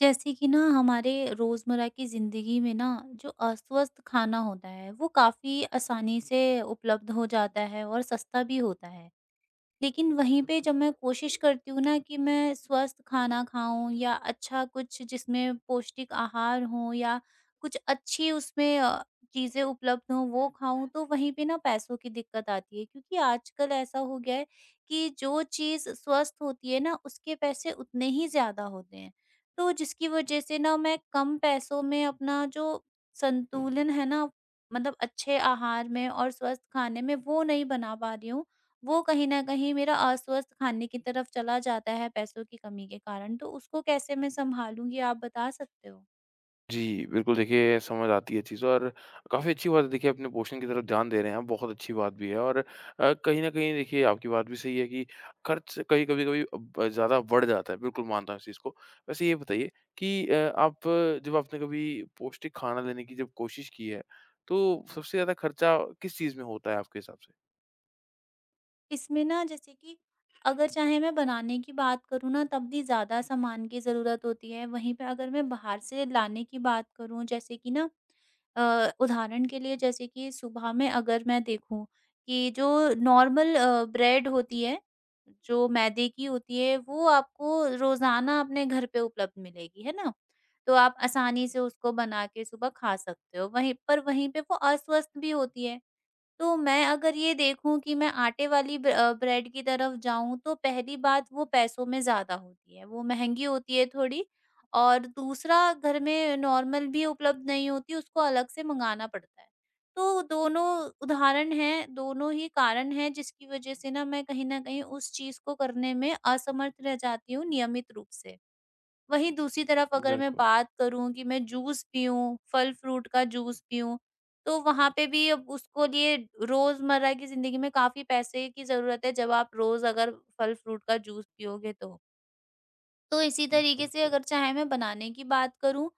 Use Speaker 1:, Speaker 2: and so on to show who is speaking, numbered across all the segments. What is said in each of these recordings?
Speaker 1: जैसे कि ना हमारे रोज़मर्रा की ज़िंदगी में ना जो अस्वस्थ खाना होता है वो काफ़ी आसानी से उपलब्ध हो जाता है और सस्ता भी होता है। लेकिन वहीं पे जब मैं कोशिश करती हूँ ना कि मैं स्वस्थ खाना खाऊँ या अच्छा कुछ जिसमें पौष्टिक आहार हो या कुछ अच्छी उसमें चीज़ें उपलब्ध हों वो खाऊँ, तो वहीं पे ना पैसों की दिक्कत आती है क्योंकि आजकल ऐसा हो गया है कि जो चीज़ स्वस्थ होती है ना उसके पैसे उतने ही ज़्यादा होते हैं। तो जिसकी वजह से ना मैं कम पैसों में अपना जो संतुलन है ना मतलब अच्छे आहार में और स्वस्थ खाने में वो नहीं बना पा रही हूँ। वो कहीं न कहीं मेरा अस्वस्थ खाने की तरफ चला जाता है पैसों की कमी के कारण, तो उसको कैसे मैं सँभालूँगी, आप बता सकते हो?
Speaker 2: जी, बिल्कुल देखिए समझ आती है चीज़ और काफ़ी अच्छी बात है देखिए अपने पोषण की तरफ ध्यान दे रहे हैं आप, बहुत अच्छी बात भी है और कहीं न कहीं देखिए आपकी बात भी सही है कि खर्च कहीं कभी-कभी ब ज़्यादा बढ़ जाता है, बिल्कुल मानता हूँ इस चीज़ को। वैसे ये बताइए कि आप जब आपने कभी पौष्टिक खाना लेने की जब कोशिश की है, तो सबसे ज़्यादा खर्चा किस चीज़ में होता है आपके हिसाब से?
Speaker 1: इसमें ना जैसे कि अगर चाहे मैं बनाने की बात करूँ ना तब भी ज़्यादा सामान की ज़रूरत होती है। वहीं पे अगर मैं बाहर से लाने की बात करूँ जैसे कि ना, उदाहरण के लिए जैसे कि सुबह में अगर मैं देखूँ कि जो नॉर्मल ब्रेड होती है, जो मैदे की होती है वो आपको रोज़ाना अपने घर पे उपलब्ध मिलेगी, है ना? तो आप आसानी से उसको बना के सुबह खा सकते हो। वहीं पे वो अस्वस्थ भी होती है। तो मैं अगर ये देखूँ कि मैं आटे वाली ब्रेड की तरफ जाऊँ, तो पहली बात वो पैसों में ज़्यादा होती है, वो महँगी होती है थोड़ी, और दूसरा घर में नॉर्मल भी उपलब्ध नहीं होती, उसको अलग से मँगाना पड़ता है। तो दोनों उदाहरण हैं, दोनों ही कारण हैं जिसकी वज़ह से ना मैं कहीं न कहीं उस चीज़ को करने में असमर्थ रह जाती हूँ नियमित रूप से। वहीं दूसरी तरफ अगर मैं
Speaker 2: बिल्कुल,
Speaker 1: बात करूँ कि मैं जूस पीऊँ, फल-फ्रूट का जूस पीऊँ, तो वहाँ पे भी अब उसको लिए रोज़मर्रा की ज़िंदगी में काफ़ी पैसे की ज़रूरत है, जब आप रोज़ अगर फल-फ्रूट का जूस पियोगे तो। तो इसी तरीके से
Speaker 2: बिल्कुल।
Speaker 1: अगर चाहे मैं बनाने की बात करूँ,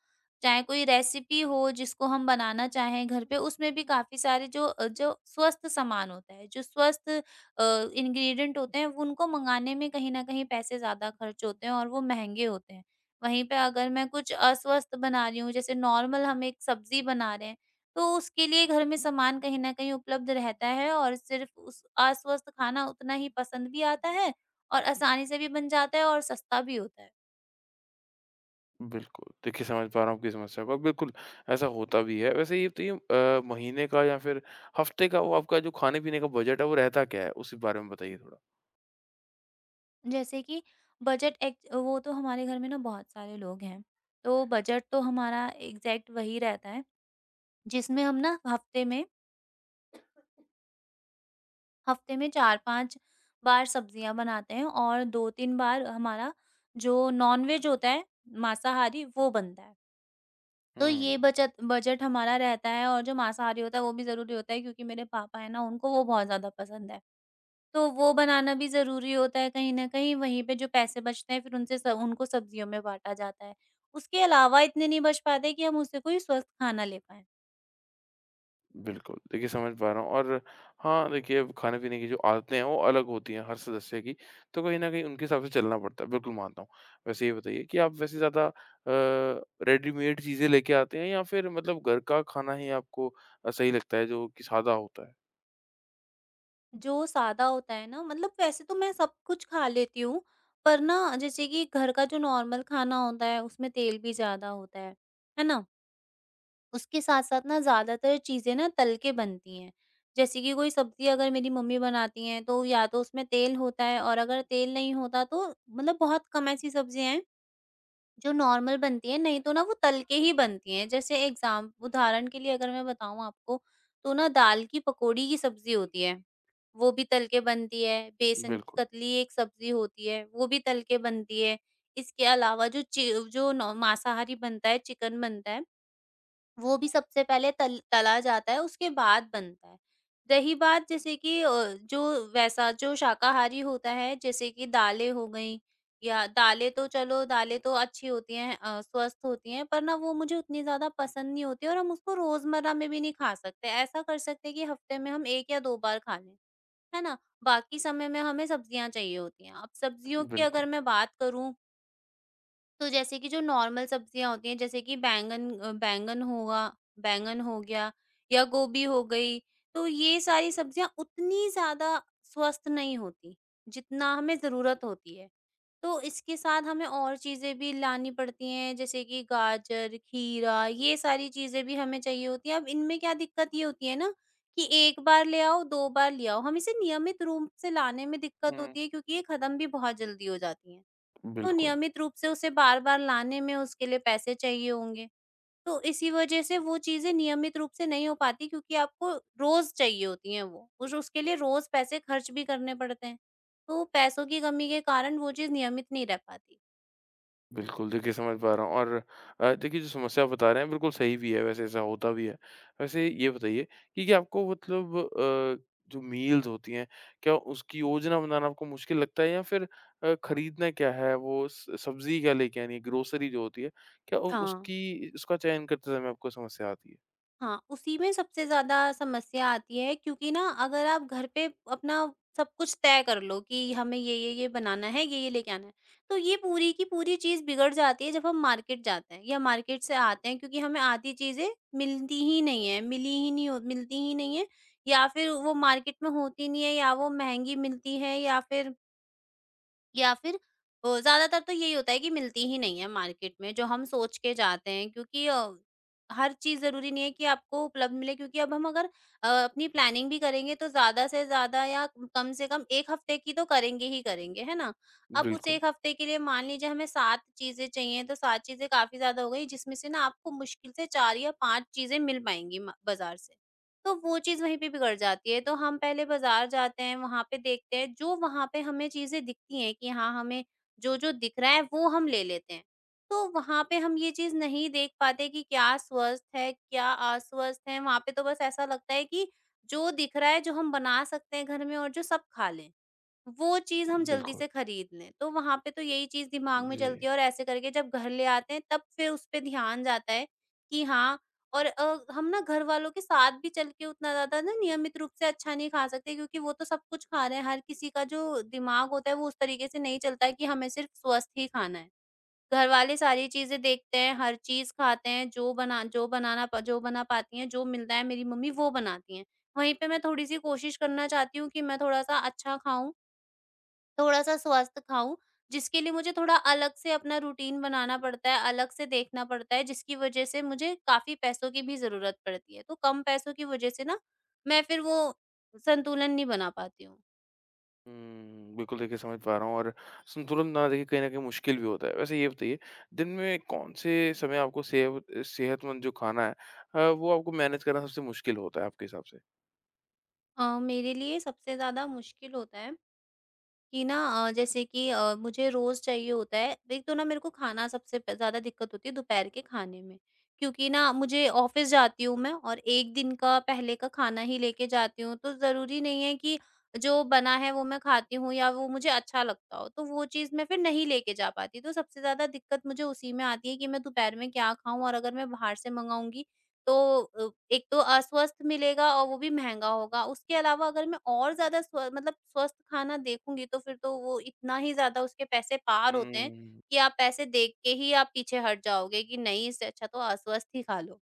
Speaker 1: चाहे कोई रेसिपी हो जिसको हम बनाना चाहें घर पे, उसमें भी काफ़ी सारे जो स्वस्थ सामान होता है, जो स्वस्थ इंग्रीडिएंट होते हैं, वो उनको मँगाने में कहीं न कहीं पैसे ज़्यादा खर्च होते हैं और वो महँगे होते हैं। वहीं पे अगर मैं कुछ अस्वस्थ बना रही हूँ, जैसे नॉर्मल हम एक सब्ज़ी बना रहे हैं, तो उसके लिए घर में सामान कहीं न कहीं उपलब्ध रहता है और सिर्फ़ उस अस्वस्थ खाना उतना ही पसंद भी आता है और आसानी से भी बन जाता है और सस्ता भी होता है।
Speaker 2: बिल्कुल, देखिए समझ पा रहा हूँ आपकी समस्या को, बिल्कुल ऐसा होता भी है। वैसे ये बताइए महीने का या फिर हफ्ते का वो आपका जो खाने-पीने का बजट है वो रहता क्या है? उसी बारे में बताइए थोड़ा।
Speaker 1: जैसे कि बजट एक वो तो हमारे घर में ना बहुत सारे लोग हैं, तो बजट तो हमारा एग्ज़ैक्ट वही रहता है, जिसमें हम ना हफ़्ते में 4-5 बार सब्ज़ियाँ बनाते हैं और 2-3 बार हमारा जो नॉन-वेज होता है, मांसाहारी वो बनता है। तो
Speaker 2: हुँ,
Speaker 1: ये बचत बजट हमारा रहता है और जो मांसाहारी होता है वो भी ज़रूरी होता है क्योंकि मेरे पापा हैं ना, उनको वो बहुत ज़्यादा पसंद है। तो वो बनाना भी ज़रूरी होता है कहीं न कहीं, वहीं पे जो पैसे बचते हैं फिर उनसे स उनको सब्जियों में बाँटा जाता है। उसके अलावा इतने नहीं बच पाते कि हम उससे कोई स्वस्थ खाना ले पाएँ।
Speaker 2: बिल्कुल, देखिए समझ पा रहा हूँ और हाँ, देखिए अब खाने-पीने की जो आदतें हैं वो अलग होती हैं हर सदस्य की, तो कहीं न कहीं उनके हिसाब से चलना पड़ता है, बिल्कुल मानता हूँ। वैसे ये बताइए कि आप वैसे ज़्यादा रेडीमेड चीज़ें लेके आते हैं या फिर मतलब घर का खाना ही आपको सही लगता है जो कि सादा होता है?
Speaker 1: जो सादा होता है ना, मतलब वैसे तो मैं सब कुछ खा लेती हूँ, पर ना जैसे कि घर का जो नॉर्मल खाना होता है उसमें तेल भी ज़्यादा होता है ना? उसके साथ-साथ ना ज़्यादातर चीज़ें ना तल के बनती हैं। जैसे कि कोई सब्ज़ी अगर मेरी मम्मी बनाती हैं तो या तो उसमें तेल होता है, और अगर तेल नहीं होता तो मतलब बहुत कम ऐसी सब्ज़ियाँ हैं जो नॉर्मल बनती हैं, नहीं तो ना वो तल के ही बनती हैं। जैसे एग्ज़ाम उदाहरण के लिए अगर मैं बताऊँ आपको, तो ना दाल की पकौड़ी की सब्ज़ी होती है, वो भी तल के बनती है। बेसन की
Speaker 2: बिल्कुल,
Speaker 1: कतली एक सब्ज़ी होती है, वो भी तल के बनती है। इसके अलावा जो चि जो नॉ मांसाहारी बनता है, चिकन बनता है, वो भी सबसे पहले तल तला जाता है, उसके बाद बनता है। रही बात जैसे कि जो वैसा जो शाकाहारी होता है, जैसे कि दालें हो गईं या दालें, तो चलो दालें तो अच्छी होती हैं, स्वस्थ होती हैं, पर ना वो मुझे उतनी ज़्यादा पसंद नहीं होती और हम उसको रोज़मर्रा में भी नहीं खा सकते। ऐसा कर सकते हैं कि हफ्ते में हम 1 या 2 बार खा लें, है ना? बाकी समय में हमें सब्जियाँ चाहिए होती हैं। अब सब्जियों की
Speaker 2: बिल्कुल।
Speaker 1: अगर मैं बात करूँ, तो जैसे कि जो नॉर्मल सब्जियाँ होती हैं, जैसे कि बैंगन अ, बैंगन हुआ बैंगन हो गया या गोभी हो गई, तो ये सारी सब्जियाँ उतनी ज़्यादा स्वस्थ नहीं होती, जितना हमें ज़रूरत होती है। तो इसके साथ हमें और चीज़ें भी लानी पड़ती हैं, जैसे कि गाजर, खीरा, ये सारी चीज़ें भी हमें चाहिए होती हैं। अब इनमें क्या दिक्कत ये होती है ना कि 1 बार ले आओ, 2 बार ले आओ, हम इसे नियमित रूप से लाने में दिक्कत
Speaker 2: हुँ,
Speaker 1: होती है क्योंकि ये खत्म भी बहुत जल्दी हो जाती हैं। तो
Speaker 2: बिल्कुल।
Speaker 1: नियमित रूप से उसे बार-बार लाने में उसके लिए पैसे चाहिए होंगे। तो इसी वजह से वो चीज़ें नियमित रूप से नहीं हो पाती क्योंकि आपको रोज़ चाहिए होती हैं वो। उस उसके लिए रोज़ पैसे खर्च भी करने पड़ते हैं। तो पैसों की कमी के कारण वो चीज़ नियमित नहीं रह पाती।
Speaker 2: बिल्कुल, देखिए समझ पा रहा हूँ और देखिए जो समस्या आप बता रहे हैं बिल्कुल सही भी है वैसे ऐसा होता भी है। वैसे ये बताइए कि क्या आपको मतलब जो मील्स होती हैं क्या उसकी योजना बनाना आपको मुश्किल लगता है या फिर खरीदना क्या है वो स सब्ज़ी क्या लेके आनी है ग्रोसरी जो होती है क्या उ
Speaker 1: हाँ।
Speaker 2: उसकी उसका चयन करते समय आपको समस्या आती है?
Speaker 1: हाँ, उसी में सबसे ज़्यादा समस्या आती है क्योंकि ना अगर आप घर पे अपना सब कुछ तय कर लो कि हमें ये बनाना है, ये लेके आना है। तो ये पूरी की पूरी चीज़ बिगड़ जाती है जब हम मार्केट जाते हैं या मार्केट से आते हैं, क्योंकि हमें आधी चीज़ें मिलती ही नहीं है, मिली ही नहीं हो मिलती ही नहीं है, या फिर वो मार्केट में होती नहीं है, या वो महँगी मिलती है, या फिर या फिर ज़्यादातर तो यही होता है कि मिलती ही नहीं है मार्केट में जो हम सोच के जाते हैं, क्योंकि हर चीज़ ज़रूरी नहीं है कि आपको उपलब्ध मिले, क्योंकि अब हम अगर अपनी प्लानिंग भी करेंगे तो ज़्यादा से ज़्यादा या कम से कम एक हफ्ते की तो करेंगे ही करेंगे, है ना? अब उस
Speaker 2: बिल्कुल,
Speaker 1: एक हफ्ते के लिए मान लीजिए हमें 7 चीज़ें चाहिए, तो 7 चीज़ें काफ़ी ज़्यादा हो गई जिसमें से ना आपको मुश्किल से 4 या 5 चीज़ें मिल पाएँगी म बाज़ार से। तो वो चीज़ वहीं पे बिगड़ जाती है। तो हम पहले बाज़ार जाते हैं, वहाँ पे देखते हैं, जो वहाँ पे हमें चीज़ें दिखती हैं कि हाँ, हमें जो-जो दिख रहा है वो हम ले लेते हैं। तो वहाँ पे हम ये चीज़ नहीं देख पाते कि क्या स्वस्थ है, क्या अस्वस्थ है, वहाँ पे तो बस ऐसा लगता है कि जो दिख रहा है, जो हम बना सकते हैं घर में और जो सब खा लें, वो चीज़ हम जल्दी
Speaker 2: बिल्कुल।
Speaker 1: से खरीद लें। तो वहाँ पे तो यही चीज़ दिमाग में
Speaker 2: जी।
Speaker 1: चलती है और ऐसे करके जब घर ले आते हैं तब फिर उस पे ध्यान जाता है कि हाँ। और हम ना घर वालों के साथ भी चल के उतना ज़्यादा ना नियमित रूप से अच्छा नहीं खा सकते क्योंकि वो तो सब कुछ खा रहे हैं, हर किसी का जो दिमाग होता है वो उस तरीके से नहीं चलता है कि हमें सिर्फ स्वस्थ ही खाना है। घर वाले सारी चीज़ें देखते हैं, हर चीज़ खाते हैं, जो बना पाती हैं, जो मिलता है मेरी मम्मी वो बनाती हैं। वहीं पे मैं थोड़ी-सी कोशिश करना चाहती हूँ कि मैं थोड़ा-सा अच्छा खाऊँ, थोड़ा-सा स्वस्थ खाऊँ, जिसके लिए मुझे थोड़ा अलग से अपना रूटीन बनाना पड़ता है, अलग से देखना पड़ता है, जिसकी वजह से मुझे काफ़ी पैसों की भी ज़रूरत पड़ती है। तो कम पैसों की वजह से ना, मैं फिर वो संतुलन नहीं बना पाती हूँ।
Speaker 2: हुँ, बिल्कुल देखिए समझ पा रहा हूँ और संतुलन ना देखिए कहीं न कहीं मुश्किल भी होता है। वैसे ये बताइए दिन में कौन-से समय आपको सेहतमंद जो खाना है वो आपको मैनेज करना सबसे मुश्किल होता है आपके हिसाब से?
Speaker 1: मेरे लिए सबसे ज़्यादा मुश्किल होता है कि ना, जैसे कि मुझे रोज़ चाहिए होता है, एक तो ना मेरे को खाना सबसे प ज़्यादा दिक्कत होती है दोपहर के खाने में। क्योंकि ना मुझे ऑफ़िस जाती हूँ मैं और 1 दिन का पहले का खाना ही लेके जाती हूँ, तो ज़रूरी नहीं है कि जो बना है वो मैं खाती हूँ या वो मुझे अच्छा लगता हो, तो वो चीज़ मैं फिर नहीं लेके जा पाती। तो सबसे ज़्यादा दिक्कत मुझे उसी में आती है कि मैं दोपहर में क्या खाऊँ, और अगर मैं बाहर से मँगाऊँगी तो एक तो अस्वस्थ मिलेगा और वो भी महँगा होगा। उसके अलावा अगर मैं और ज़्यादा स्वस्थ खाना देखूँगी तो फिर तो वो इतना ही ज़्यादा उसके पैसे पार होते हैं
Speaker 2: हुँ,
Speaker 1: कि आप पैसे देख के ही आप पीछे हट जाओगे कि नहीं, इससे अच्छा तो अस्वस्थ ही खा लो।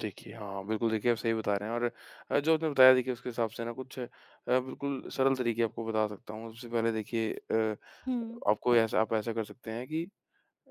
Speaker 2: देखिए हाँ, बिल्कुल देखिए आप सही बता रहे हैं और जो आपने बताया देखिए उसके हिसाब से ना कुछ बिल्कुल सरल तरीके आपको बता सकता हूँ। सबसे पहले देखिए
Speaker 1: हुँ,
Speaker 2: आपको ऐसा आप ऐसा कर सकते हैं कि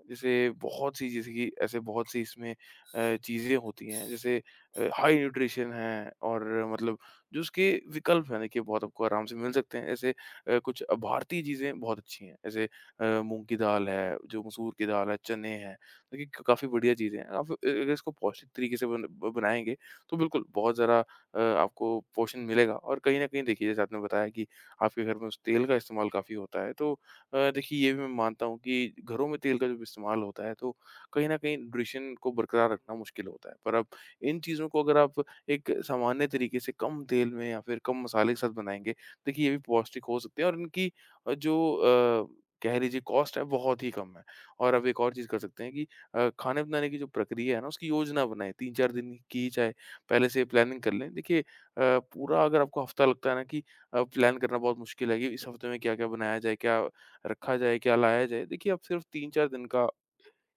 Speaker 2: जैसे कि ऐसे बहुत सी इसमें चीज़ें होती हैं जैसे हाई न्यूट्रिशन है और मतलब जो उसके विकल्प हैं देखिए बहुत आपको आराम से मिल सकते हैं ऐसे कुछ भारतीय चीज़ें बहुत अच्छी हैं जैसे मूंग की दाल है जो मसूर की दाल है चने हैं देखिए काफ़ी बढ़िया चीज़ें हैं आप अगर इसको पौष्टिक तरीके से बनाएंगे तो बिल्कुल बहुत ज़्यादा आपको पोषण मिलेगा और कहीं ना कहीं देखिए जैसे आपने बताया कि आपके घर में उस तेल का इस्तेमाल काफ़ी होता है तो देखिए ये भी मैं मानता हूँ कि घरों में तेल का जब इस्तेमाल होता है तो कहीं न कहीं न्यूट्रिशन को बरकरार रखना मुश्किल होता है। पर अब इन चीज़ों को अगर आप एक सामान्य तरीके से कम तेल में या फिर कम मसाले के साथ बनाएँगे, तो देखिए ये भी पौष्टिक हो सकते हैं और इनकी जो कह लीजिए कॉस्ट है बहुत ही कम है। और अब एक और चीज़ कर सकते हैं कि खाने बनाने की जो प्रक्रिया है ना उसकी योजना बनाएँ, 3-4 दिन की चाहे पहले से प्लानिंग कर लें। देखिए पूरा अगर आपको हफ्ता लगता है ना कि प्लान करना बहुत मुश्किल है कि इस हफ्ते में क्या-क्या बनाया जाए, क्या रखा जाए, क्या लाया जाए? देखिए, आप सिर्फ़ 3-4 दिन का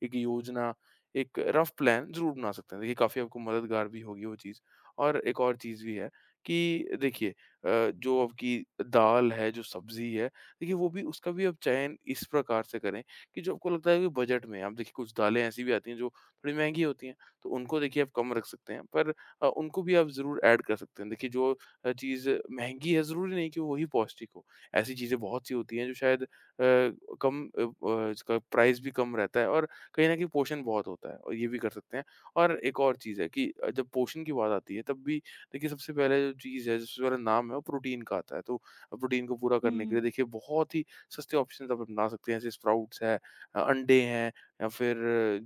Speaker 2: एक योजना, एक रफ़ प्लान ज़रूर बना सकते हैं। देखिए काफ़ी आपको मददगार भी होगी वो चीज़। और एक और चीज़ भी है कि देखिए जो आपकी दाल है, जो सब्ज़ी है, देखिए वो भी उसका भी आप चयन इस प्रकार से करें कि जो आपको लगता है कि बजट में है। अब देखिए कुछ दालें ऐसी भी आती हैं जो थोड़ी महँगी होती हैं, तो उनको देखिए आप कम रख सकते हैं, पर उनको भी आप ज़रूर ऐड कर सकते हैं। देखिए जो चीज़ महँगी है, ज़रूरी नहीं कि वो वही पौष्टिक हो। ऐसी चीज़ें बहुत-सी होती हैं जो शायद अ, कम अ, ब इसका प्राइस भी कम रहता है और कहीं न कहीं पोषण बहुत होता है और ये भी कर सकते हैं। और एक और चीज़ है कि जब पोषण की बात आती है तब भी देखिए सबसे पहले जो चीज़ है, सबसे पहला नाम है वो प्रोटीन का आता है। तो प्रोटीन को पूरा करने के लिए
Speaker 1: हुँ।
Speaker 2: देखिए बहुत ही सस्ते ऑप्शंस आप अपना सकते हैं जैसे स्प्राउट्स है, अंडे हैं या फिर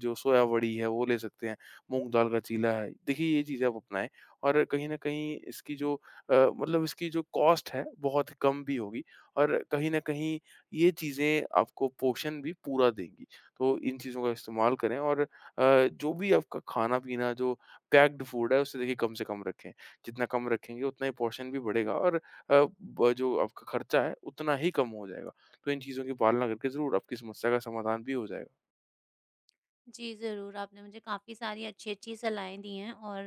Speaker 2: जो सोया वड़ी है वो ले सकते हैं, मूँग दाल का चीला है। देखिए ये चीज़ें आप अपनाएँ और कहीं न कहीं इसकी जो मतलब इसकी जो कॉस्ट है बहुत कम भी होगी और कहीं न कहीं ये चीज़ें आपको पोषण भी पूरा देंगी। तो इन चीज़ों का इस्तेमाल करें और जो भी आपका खाना-पीना जो पैक्ड फूड है, उसे देखिए कम से कम रखें। जितना कम रखेंगे उतना ही पोर्शन भी बढ़ेगा और अ, ब जो आपका खर्चा है, उतना ही कम हो जाएगा। तो इन चीज़ों की पालना करके ज़रूर आपकी समस्या का समाधान भी हो जाएगा।
Speaker 1: जी, ज़रूर। आपने मुझे काफ़ी सारी अच्छी-अच्छी सलाहें दी हैं और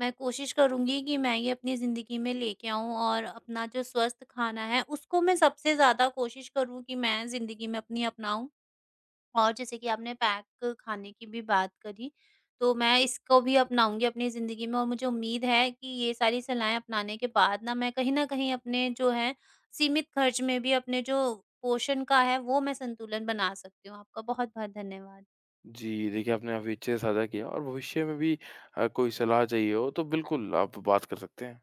Speaker 1: मैं कोशिश करूँगी कि मैं ये अपनी ज़िंदगी में लेके आऊँ और अपना जो स्वस्थ खाना है उसको मैं सबसे ज़्यादा कोशिश करूँ कि मैं ज़िंदगी में अपनी अपनाऊँ। और जैसे कि आपने पैक खाने की भी बात करी, तो मैं इसको भी अपनाऊँगी अपनी ज़िंदगी में और मुझे उम्मीद है कि ये सारी सलाहें अपनाने के बाद ना मैं कहीं न कहीं अपने जो है सीमित खर्च में भी अपने जो पोषण का है, वो मैं संतुलन बना सकती हूँ। आपका बहुत-बहुत धन्यवाद।
Speaker 2: जी, देखिए आपने काफ़ी अच्छे से साझा किया और भविष्य में भी कोई सलाह चाहिए हो, तो बिल्कुल आप बात कर सकते हैं।